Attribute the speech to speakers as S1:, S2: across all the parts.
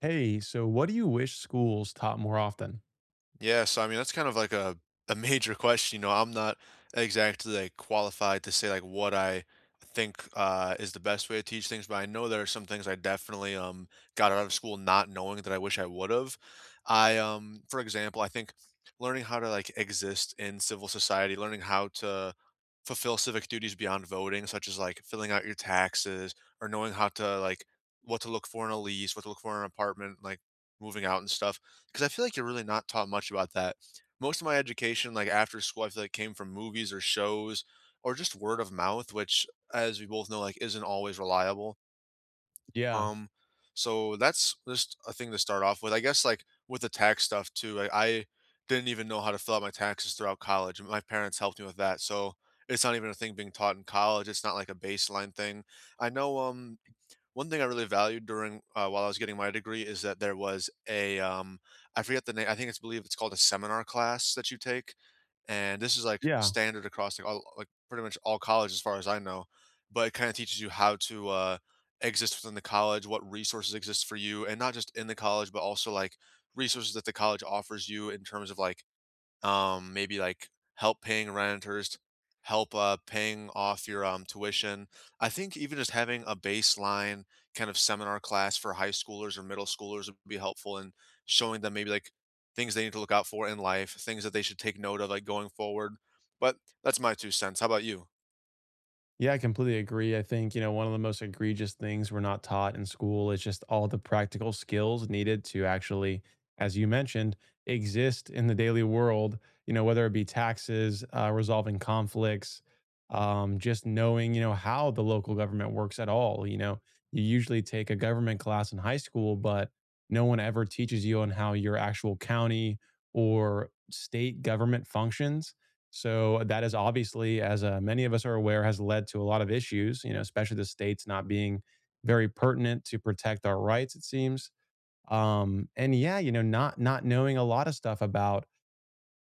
S1: Hey, so what do you wish schools taught more often?
S2: Yeah, so I mean that's kind of like a major question. You know, I'm not exactly like qualified to say like what I think is the best way to teach things, but I know there are some things I definitely got out of school not knowing that I wish I would have. I for example, I think learning how to like exist in civil society, learning how to fulfill civic duties beyond voting, such as like filling out your taxes or knowing how to like what to look for in a lease, what to look for in an apartment, like moving out and stuff. Because I feel like you're really not taught much about that. Most of my education, like after school, I feel like came from movies or shows or just word of mouth, which, as we both know, like isn't always reliable.
S1: Yeah.
S2: Um, so that's just a thing to start off with. I guess like with the tax stuff too, I didn't even know how to fill out my taxes throughout college. My parents helped me with that. So it's not even a thing being taught in college. It's not like a baseline thing. I know one thing I really valued during while I was getting my degree is that there was a I forget the name. I think it's believe it's called a seminar class that you take, and this is like
S1: Yeah.
S2: standard across like all like pretty much all college as far as I know. But it kind of teaches you how to exist within the college, what resources exist for you, and not just in the college, but also like resources that the college offers you in terms of like maybe like help paying renters, help paying off your tuition. I think even just having a baseline kind of seminar class for high schoolers or middle schoolers would be helpful in showing them maybe like things they need to look out for in life, things that they should take note of like going forward. But that's my two cents. How about you?
S1: Yeah, I completely agree. I think, you know, one of the most egregious things we're not taught in school is just all the practical skills needed to actually, as you mentioned, exist in the daily world, you know, whether it be taxes, resolving conflicts, just knowing, you know, how the local government works at all. You know, you usually take a government class in high school, but no one ever teaches you on how your actual county or state government functions, so that is obviously, as many of us are aware, has led to a lot of issues. You know, especially the states not being very pertinent to protect our rights. It seems, and yeah, you know, not knowing a lot of stuff about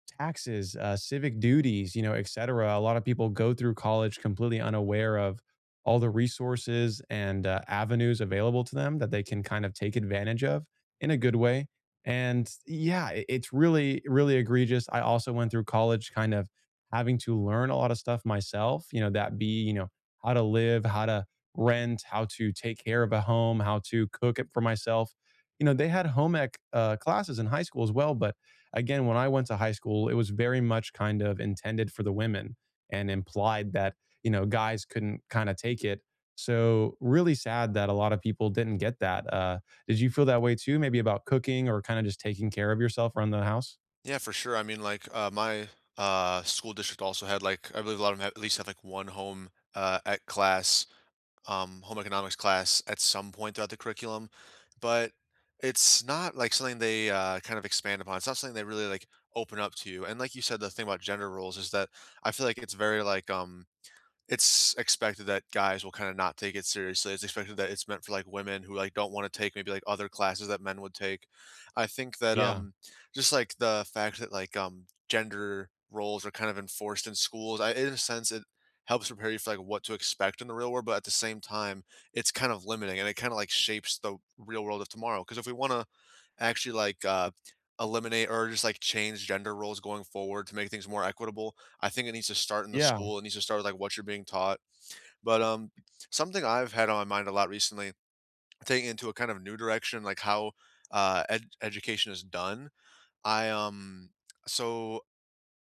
S1: taxes, civic duties, you know, et cetera. A lot of people go through college completely unaware of all the resources and avenues available to them that they can kind of take advantage of in a good way. And yeah, it's really, really egregious. I also went through college kind of having to learn a lot of stuff myself, you know, that be, you know, how to live, how to rent, how to take care of a home, how to cook it for myself. You know, they had home ec classes in high school as well, but again, when I went to high school, it was very much kind of intended for the women and implied that, you know, guys couldn't kind of take it. So, really sad that a lot of people didn't get that. Did you feel that way too? Maybe about cooking or kind of just taking care of yourself around the house?
S2: Yeah, for sure. I mean, like my school district also had like I believe a lot of them have, at least have like one home ec class home economics class at some point throughout the curriculum, but it's not like something they kind of expand upon. It's not something they really like open up to you. And like you said, the thing about gender roles is that I feel like it's very like it's expected that guys will kinda not take it seriously. It's expected that it's meant for, like, women who, like, don't wanna take maybe, like, other classes that men would take. I think that,
S1: Yeah.
S2: just, like, the fact that, like, gender roles are kind of enforced in schools, I in a sense, it helps prepare you for, like, what to expect in the real world, but at the same time, it's kind of limiting, and it kinda, like, shapes the real world of tomorrow. Because if we wanna actually like eliminate or just like change gender roles going forward to make things more equitable. I think it needs to start in the
S1: Yeah.
S2: school. It needs to start with like what you're being taught. But something I've had on my mind a lot recently, taking into a kind of new direction, like how education is done. I um, so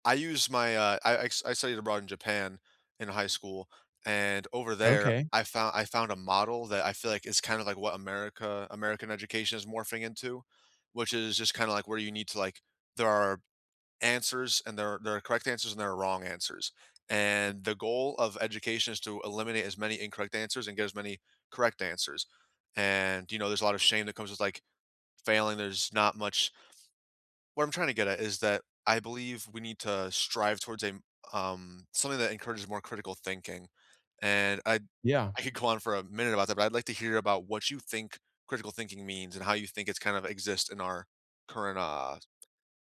S2: I studied abroad in Japan in high school, and over there,
S1: Okay.
S2: I found a model that I feel like is kind of like what American education is morphing into, which is just kinda like where you need to like there are answers and there are correct answers and there are wrong answers, and the goal of education is to eliminate as many incorrect answers and get as many correct answers, and, you know, there's a lot of shame that comes with, like, failing, there's not much what I'm trying to get at is that I believe we need to strive towards a something that encourages more critical thinking, and I
S1: Yeah.
S2: I could go on for a minute about that, but I'd like to hear about what you think critical thinking means and how you think it's kind of exist in our current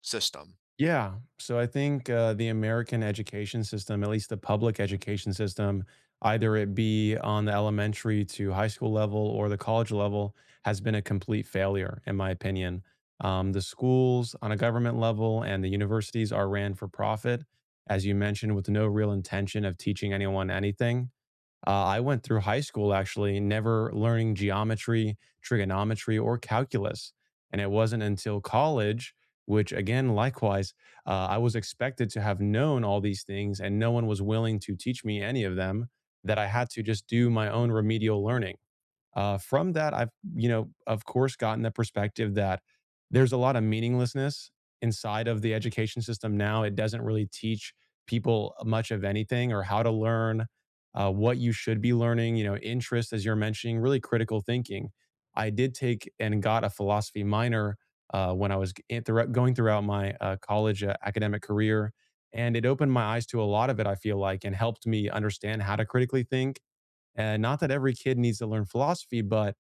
S2: system.
S1: Yeah. So I think the American education system, at least the public education system, either it be on the elementary to high school level or the college level, has been a complete failure, in my opinion. The schools on a government level and the universities are ran for profit, as you mentioned, with no real intention of teaching anyone anything. I went through high school actually never learning geometry, trigonometry, or calculus. And it wasn't until college, which again, likewise, I was expected to have known all these things and no one was willing to teach me any of them, that I had to just do my own remedial learning. From that, I've, you know, of course, gotten the perspective that there's a lot of meaninglessness inside of the education system now. It doesn't really teach people much of anything or how to learn, what you should be learning, you know, interest, as you're mentioning, really critical thinking. I did take and got a philosophy minor when I was going throughout my college academic career. And it opened my eyes to a lot of it, I feel like, and helped me understand how to critically think, and not that every kid needs to learn philosophy, but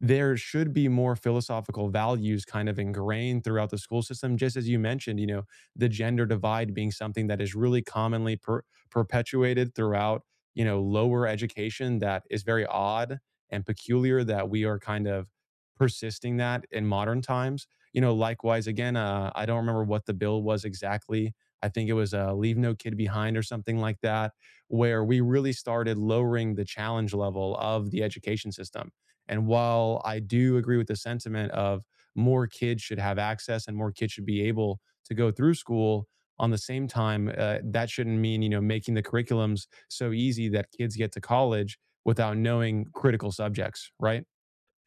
S1: there should be more philosophical values kind of ingrained throughout the school system, just as you mentioned. You know, the gender divide being something that is really commonly perpetuated throughout, you know, lower education, that is very odd and peculiar that we are kind of persisting that in modern times. You know, likewise again, I don't remember what the bill was exactly. I think it was leave no kid behind or something like that, where we really started lowering the challenge level of the education system. And while I do agree with the sentiment of more kids should have access and more kids should be able to go through school, on the same time, that shouldn't mean, you know, making the curriculums so easy that kids get to college without knowing critical subjects, right?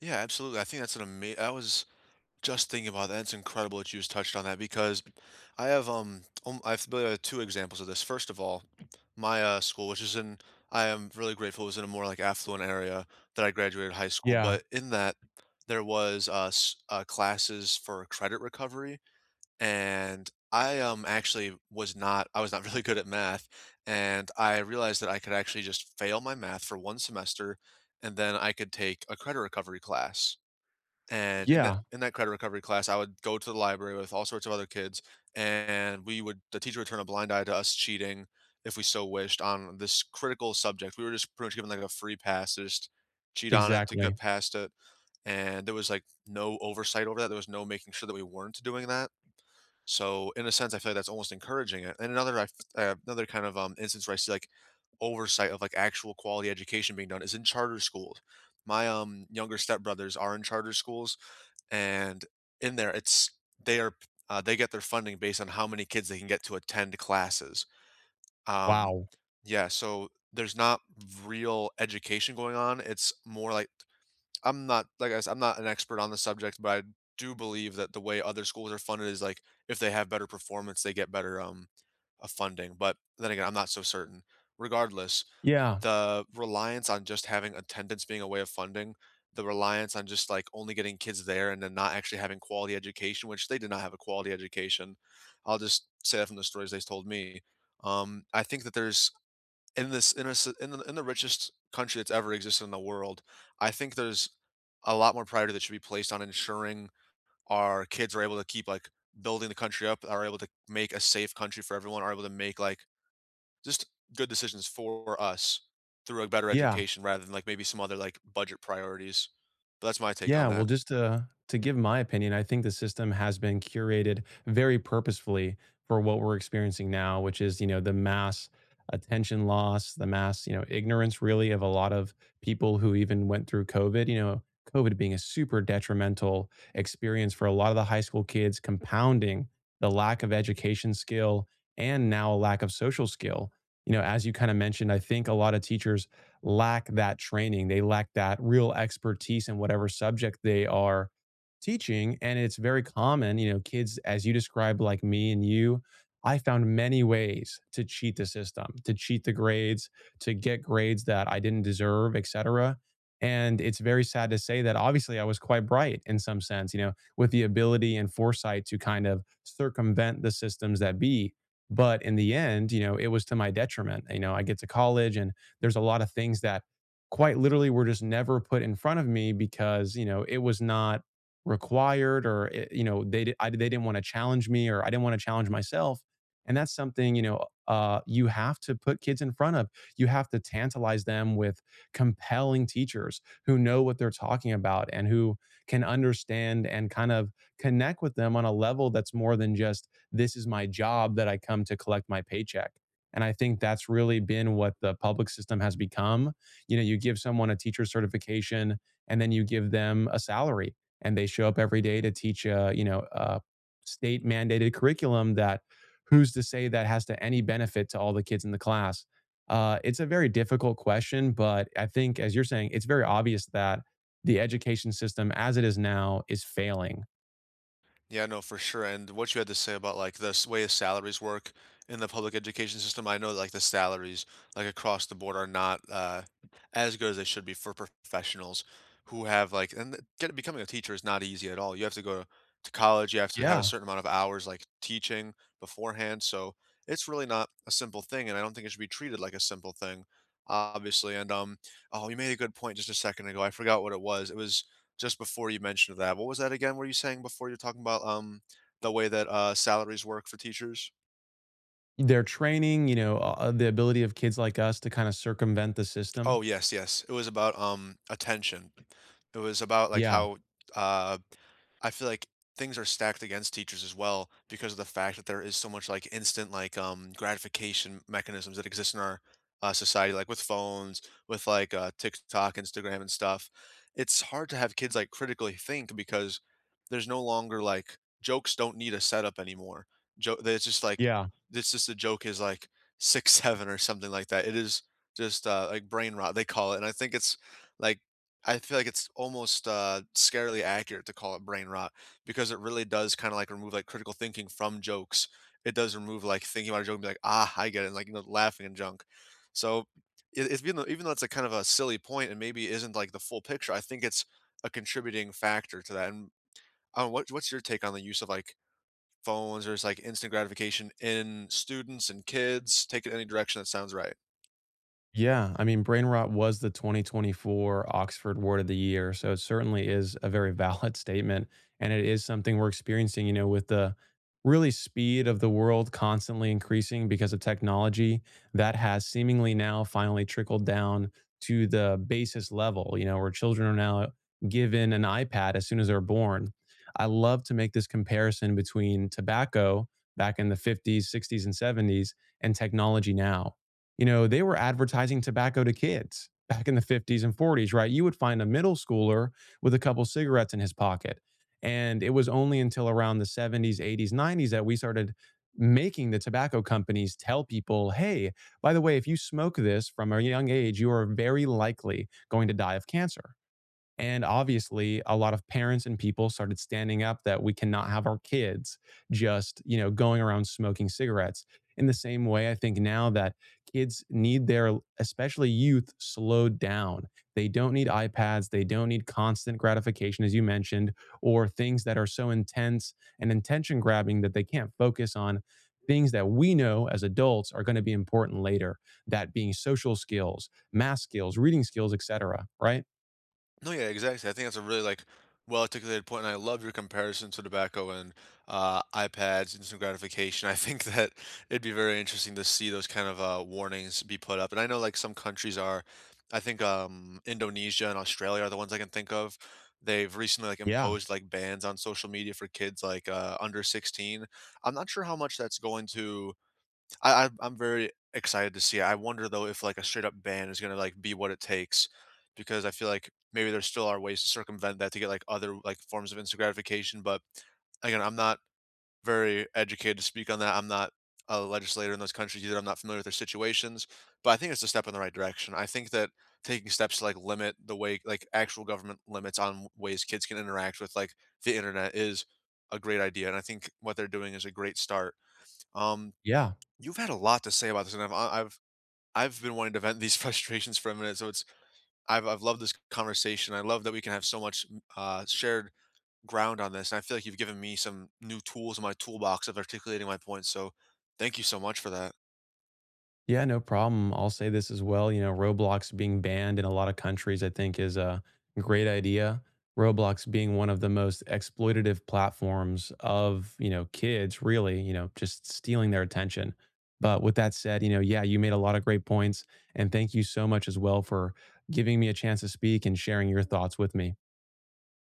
S2: Yeah, absolutely. I think that's an amazing. That was Just thinking about that, it's incredible that you just touched on that because I have really have two examples of this. First of all, my school, which is in I am really grateful, it was in a more like affluent area that I graduated high school.
S1: Yeah,
S2: But in that, there was classes for credit recovery, and I actually was not really good at math, and I realized that I could actually just fail my math for one semester, and then I could take a credit recovery class and in that
S1: yeah,
S2: in that credit recovery class, I would go to the library with all sorts of other kids, and we would the teacher would turn a blind eye to us cheating if we so wished on this critical subject. We were just pretty much given like a free pass to just cheat on it to get
S1: exactly.
S2: past it. And there was like no oversight over that. There was no making sure that we weren't doing that. So in a sense, I feel like that's almost encouraging it. And another another kind of instance where I see like oversight of like actual quality education being done is in charter schools. My younger stepbrothers are in charter schools, and in there, it's they are they get their funding based on how many kids they can get to attend classes, um
S1: Wow.
S2: yeah, so there's not real education going on. It's more like, I'm not like I said, I'm not an expert on the subject, but I do believe that the way other schools are funded is like, if they have better performance, they get better funding. But then again, I'm not so certain. Regardless,
S1: Yeah,
S2: the reliance on just having attendance being a way of funding, the reliance on just, like, only getting kids there and then not actually having quality education, which they did not have a quality education. I'll just say that from the stories they told me. I think that there's in this in a s in the richest country that's ever existed in the world, I think there's a lot more priority that should be placed on ensuring our kids are able to keep, like, building the country up, are able to make a safe country for everyone, are able to make, like, just good decisions for us through a better
S1: yeah.
S2: education rather than, like, maybe some other, like, budget priorities. But that's my take on
S1: Yeah, well,
S2: that.
S1: just to give my opinion, I think the system has been curated very purposefully for what we're experiencing now, which is, you know, the mass attention loss, the mass, you know, ignorance really of a lot of people who even went through COVID, you know, COVID being a super detrimental experience for a lot of the high school kids, compounding the lack of education skill and now a lack of social skill. You know, as you kind of mentioned, I think a lot of teachers lack that training. They lack that real expertise in whatever subject they are teaching. And it's very common, you know, kids, as you described, like me and you, I found many ways to cheat the system, to cheat the grades, to get grades that I didn't deserve, et cetera. And it's very sad to say that obviously I was quite bright in some sense, you know, with the ability and foresight to kind of circumvent the systems that be. But in the end, you know, it was to my detriment. You know, I get to college and there's a lot of things that quite literally were just never put in front of me because, you know, it was not required, or it, you know, they didn't want to challenge me or I didn't want to challenge myself. And that's something, you know, you have to put kids in front of, you have to tantalize them with compelling teachers who know what they're talking about and who can understand and kind of connect with them on a level that's more than just this is my job that I come to collect my paycheck. And I think that's really been what the public system has become. You know, you give someone a teacher certification and then you give them a salary and they show up every day to teach a, you know, a state mandated curriculum that who's to say that has to any benefit to all the kids in the class? It's a very difficult question, but I think, as you're saying, it's very obvious that the education system as it is now is failing.
S2: Yeah, no, for sure. And what you had to say about like the way salaries work in the public education system, I know like the salaries like across the board are not as good as they should be for professionals who have like and th- get, becoming a teacher is not easy at all. You have to go to college, you have to have a
S1: Yeah.
S2: certain amount of hours like teaching beforehand. So it's really not a simple thing, and I don't think it should be treated like a simple thing, obviously. And oh, you made a good point just a second ago. I forgot what it was. It was just before you mentioned that, what was that again? Were you saying before you're talking about the way that salaries work for teachers?
S1: They're training, you know, the ability of kids like us to kind of circumvent the system.
S2: Oh yes, yes. It was about attention. It was about like
S1: Yeah.
S2: how uh I feel like things are stacked against teachers as well because of the fact that there is so much like instant like gratification mechanisms that exist in our society like with phones with like tiktok instagram and stuff. It's hard to have kids like critically think because there's no longer like jokes don't need a setup anymore. Joke it's just like
S1: Yeah.
S2: it's just The joke is like six seven or something like that. It is just like brain rot they call it, and I think it's like I feel like it's almost, scarily accurate to call it brain rot because it really does kinda, like, remove, like, critical thinking from jokes. It does remove, like, thinking about a joke and be like, "Ah, I get it," and, like, you know, laughing and junk. So, it's even though it's a kind of a silly point and maybe isn't, like, the full picture, I think it's a contributing factor to that, and, I don't know, what's your take on the use of, like, phones or just, like, instant gratification in students and kids? Take it any direction that sounds right.
S1: Yeah. I mean, brain rot was the 2024 Oxford Word of the Year. So it certainly is a very valid statement. And it is something we're experiencing, you know, with the really speed of the world constantly increasing because of technology that has seemingly now finally trickled down to the basis level, you know, where children are now given an iPad as soon as they're born. I love to make this comparison between tobacco back in the 50s, 60s, and 70s and technology now. You know, they were advertising tobacco to kids back in the 50s and 40s, right? You would find a middle schooler with a couple cigarettes in his pocket. And it was only until around the 70s, 80s, 90s that we started making the tobacco companies tell people, hey, by the way, if you smoke this from a young age, you are very likely going to die of cancer. And obviously, a lot of parents and people started standing up that we cannot have our kids just, you know, going around smoking cigarettes. In the same way, I think now that kids need their, especially youth, slowed down. They don't need iPads. They don't need constant gratification, as you mentioned, or things that are so intense and attention grabbing that they can't focus on things that we know as adults are going to be important later. That being social skills, math skills, reading skills, etc. Right?
S2: No, yeah, exactly. I think that's a really like well articulated point, and I love your comparison to tobacco and iPads, instant gratification. I think that it'd be very interesting to see those kind of warnings be put up. And I know like some countries are, I think Indonesia and Australia are the ones I can think of. They've recently like
S1: Yeah,
S2: imposed like bans on social media for kids like under 16. I'm not sure how much that's going to. I'm very excited to see it. I wonder though if like a straight up ban is gonna like be what it takes, because I feel like maybe there still are ways to circumvent that to get like other like forms of instant gratification. But again, I'm not very educated to speak on that. I'm not a legislator in those countries either. I'm not familiar with their situations, but I think it's a step in the right direction. I think that taking steps to like limit the way like actual government limits on ways kids can interact with like the internet is a great idea, and I think what they're doing is a great start. Um,
S1: yeah.
S2: You've had a lot to say about this, and I've I- I've been wanting to vent these frustrations for a minute. So it's I've loved this conversation. I love that we can have so much shared ground on this, and I feel like you've given me some new tools in my toolbox of articulating my points. So thank you so much for that.
S1: Yeah, no problem. I'll say this as well. You know, Roblox being banned in a lot of countries, I think, is a great idea. Roblox being one of the most exploitative platforms of, you know, kids, really, you know, just stealing their attention. But with that said, you know, yeah, you made a lot of great points. And thank you so much as well for giving me a chance to speak and sharing your thoughts with me.